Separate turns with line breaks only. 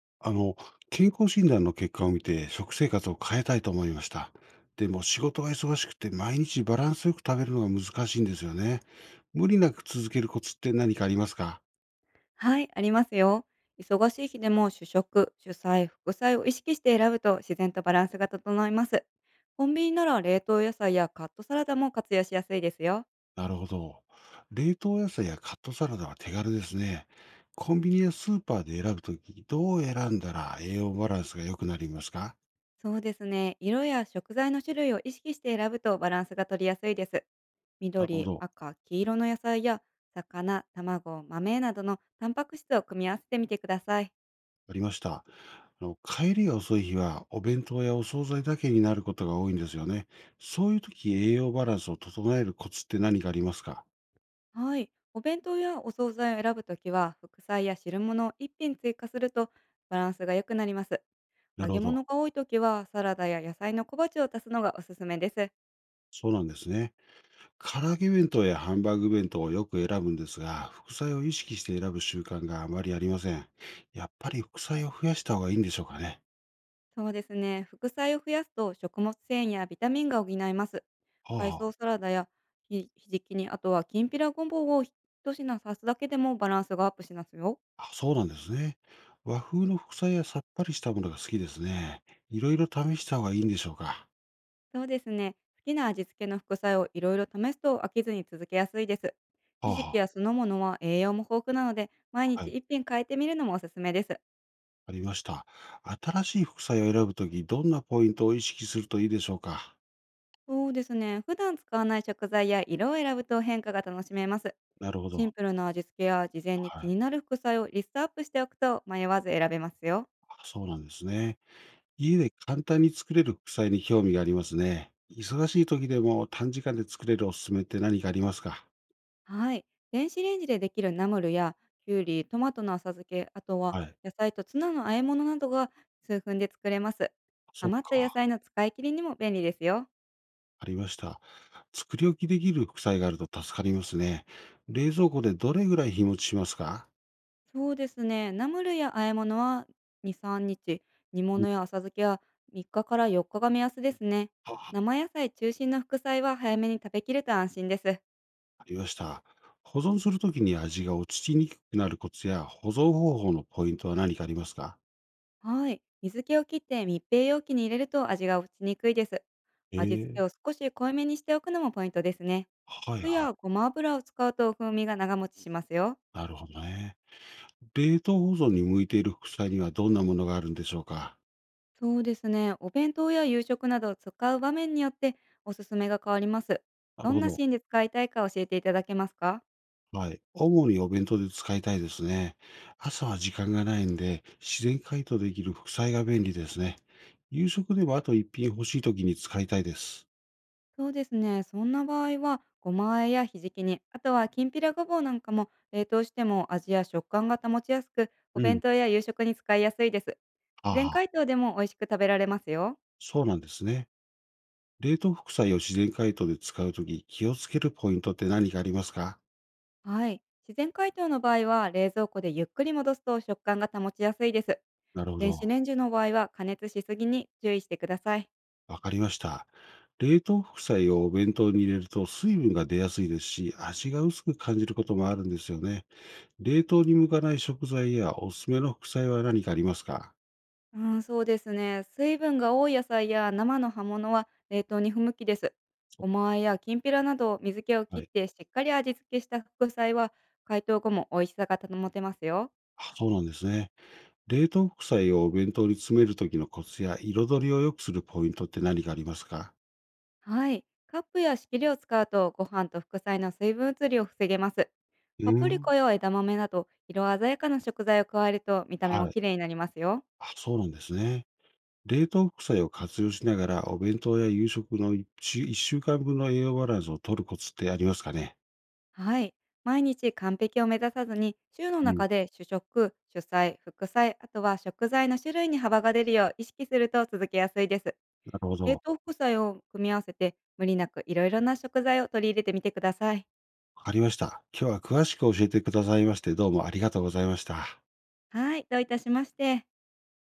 あの、健康診断の結果を見て食生活を変えたいと思いました。でも仕事が忙しくて毎日バランスよく食べるのが難しいんですよね。無理なく続けるコツって何かありますか？
はい、ありますよ。忙しい日でも主食、主菜、副菜を意識して選ぶと自然とバランスが整います。コンビニなら冷凍野菜やカットサラダも活用しやすいですよ。
なるほど。冷凍野菜やカットサラダは手軽ですね。コンビニやスーパーで選ぶとき、どう選んだら栄養バランスが良くなりますか？
そうですね。色や食材の種類を意識して選ぶとバランスが取りやすいです。
なるほ
緑、
ど。
赤、黄色の野菜や魚、卵、豆などのタンパク質を組み合わせてみてください。
ありました。あの帰りが遅い日は、お弁当やお惣菜だけになることが多いんですよね。そういう時、栄養バランスを整えるコツって何かありますか？
はい。お弁当やお惣菜を選ぶときは、副菜や汁物を一品追加するとバランスが良くなります。
な
揚
る
げ
ほど。
物が多いときは、サラダや野菜の小鉢を足すのがおすすめです。
そうなんですね。唐揚げ弁当やハンバーグ弁当をよく選ぶんですが、副菜を意識して選ぶ習慣があまりありません。やっぱり副菜を増やした方がいいんでしょうかね。
そうですね。副菜を増やすと食物繊維やビタミンが補います。
はあ、
海
は
藻サラダやひじきに、あとはきんぴらごぼうを一品足すだけでもバランスがアップしますよ。
あ、あ、そうなんですね。和風の副菜やさっぱりしたものが好きですね。いろいろ試した方がいいんでしょうか。
そうですね。好きな味付けの副菜をいろいろ試すと飽きずに続けやすいです。
は
ひ
あ、
じき
は
や酢の物は栄養も豊富なので、毎
あ、は
日
い。
一品変えてみるのもおすすめです。
ありました。新しい副菜を選ぶとき、どんなポイントを意識するといいでしょうか？
そうですね。普段使わない食材や色を選ぶと変化が楽しめます。
なるほ
シン
ど。
プルな味付けや事前に
は
気に
い。
なる副菜をリストアップしておくと迷わず選べますよ。
あ、そうなんですね。家で簡単に作れる副菜に興味がありますね。忙しい時でも短時間で作れるおすすめって何かありますか？
はい。電子レンジでできるナムルやきゅうり、トマトの浅漬け、あとは
はい。
野菜とツナの和え物などが数分で作れます。
そっ
余った野
か。
菜の使い切りにも便利ですよ。
ありました。作り置きできる副菜があると助かりますね。冷蔵庫でどれぐらい日持ちしますか？
そうですね。ナムルや和え物は2、3日、煮
うん、
物や浅漬けは3日かから4日が目安ですね。
あ、
生野菜中心の副菜は早めに食べきると安心です。
ありました。保存するときに味が落ちにくくなるコツや保存方法のポイントは何かありますか？
はい。水気を切って密閉容器に入れると味が落ちにくいです。
え
味付け
え、
を少し濃いめにしておくのもポイントですね。
はい
酢
は
や
い。
ごま油を使うと風味が長持ちしますよ。
なるほどね。冷凍保存に向いている副菜にはどんなものがあるんでしょうか？
そうですね。お弁当や夕食など使う場面によっておすすめが変わります。
な
ど
る
ん
ほ
な
ど。
シーンで使いたいか教えていただけますか？
はい。主にお弁当で使いたいですね。朝は時間がないんで、自然解凍できる副菜が便利ですね。夕食でもあと1品欲しい時に使いたいです。
そうですね。そんな場合は、ごま和えやひじき煮、あとはきんぴらごぼうなんかも冷凍しても味や食感が保ちやすく、お
う
弁
ん。
当や夕食に使いやすいです。
あ
自然
あ、
解凍でも美味しく食べられますよ。
そうなんですね。冷凍副菜を自然解凍で使うとき、気をつけるポイントって何かありますか？
はい。自然解凍の場合は、冷蔵庫でゆっくり戻すと食感が保ちやすいです。
なるほ
電子
ど。
レンジの場合は、加熱しすぎに注意してください。
わかりました。冷凍副菜をお弁当に入れると水分が出やすいですし、味が薄く感じることもあるんですよね。冷凍に向かない食材やおすすめの副菜は何かありますか？
うん、そうですね。水分が多い野菜や生の葉物は冷凍に不向きです。ごま和えやきんぴらなど水気を切
は
っ
い。
てしっかり味付けした副菜は解凍後も美味しさが保てますよ。
あ、そうなんですね。冷凍副菜をお弁当に詰めるときのコツや彩りを良くするポイントって何かありますか？
はい。カップや仕切りを使うとご飯と副菜の水分移りを防げます。
う
パ
ー
プリコ
ん。
や枝豆など色鮮やかな食材を加えると見た目も
は
綺
い。
麗になりますよ。
あ、そうなんですね。冷凍副菜を活用しながら、お弁当や夕食の1週間分の栄養バランスを取るコツってありますかね？
はい。毎日完璧を目指さずに、週の
うん。
中で主食、主菜、副菜、あとは食材の種類に幅が出るよう意識すると続けやすいです。
なるほ
冷
ど。
凍副菜を組み合わせて、無理なくいろいろな食材を取り入れてみてください。
わかりました。今日は詳しく教えてくださいまして、どうもありがとうございました。
はい、どういたしまして。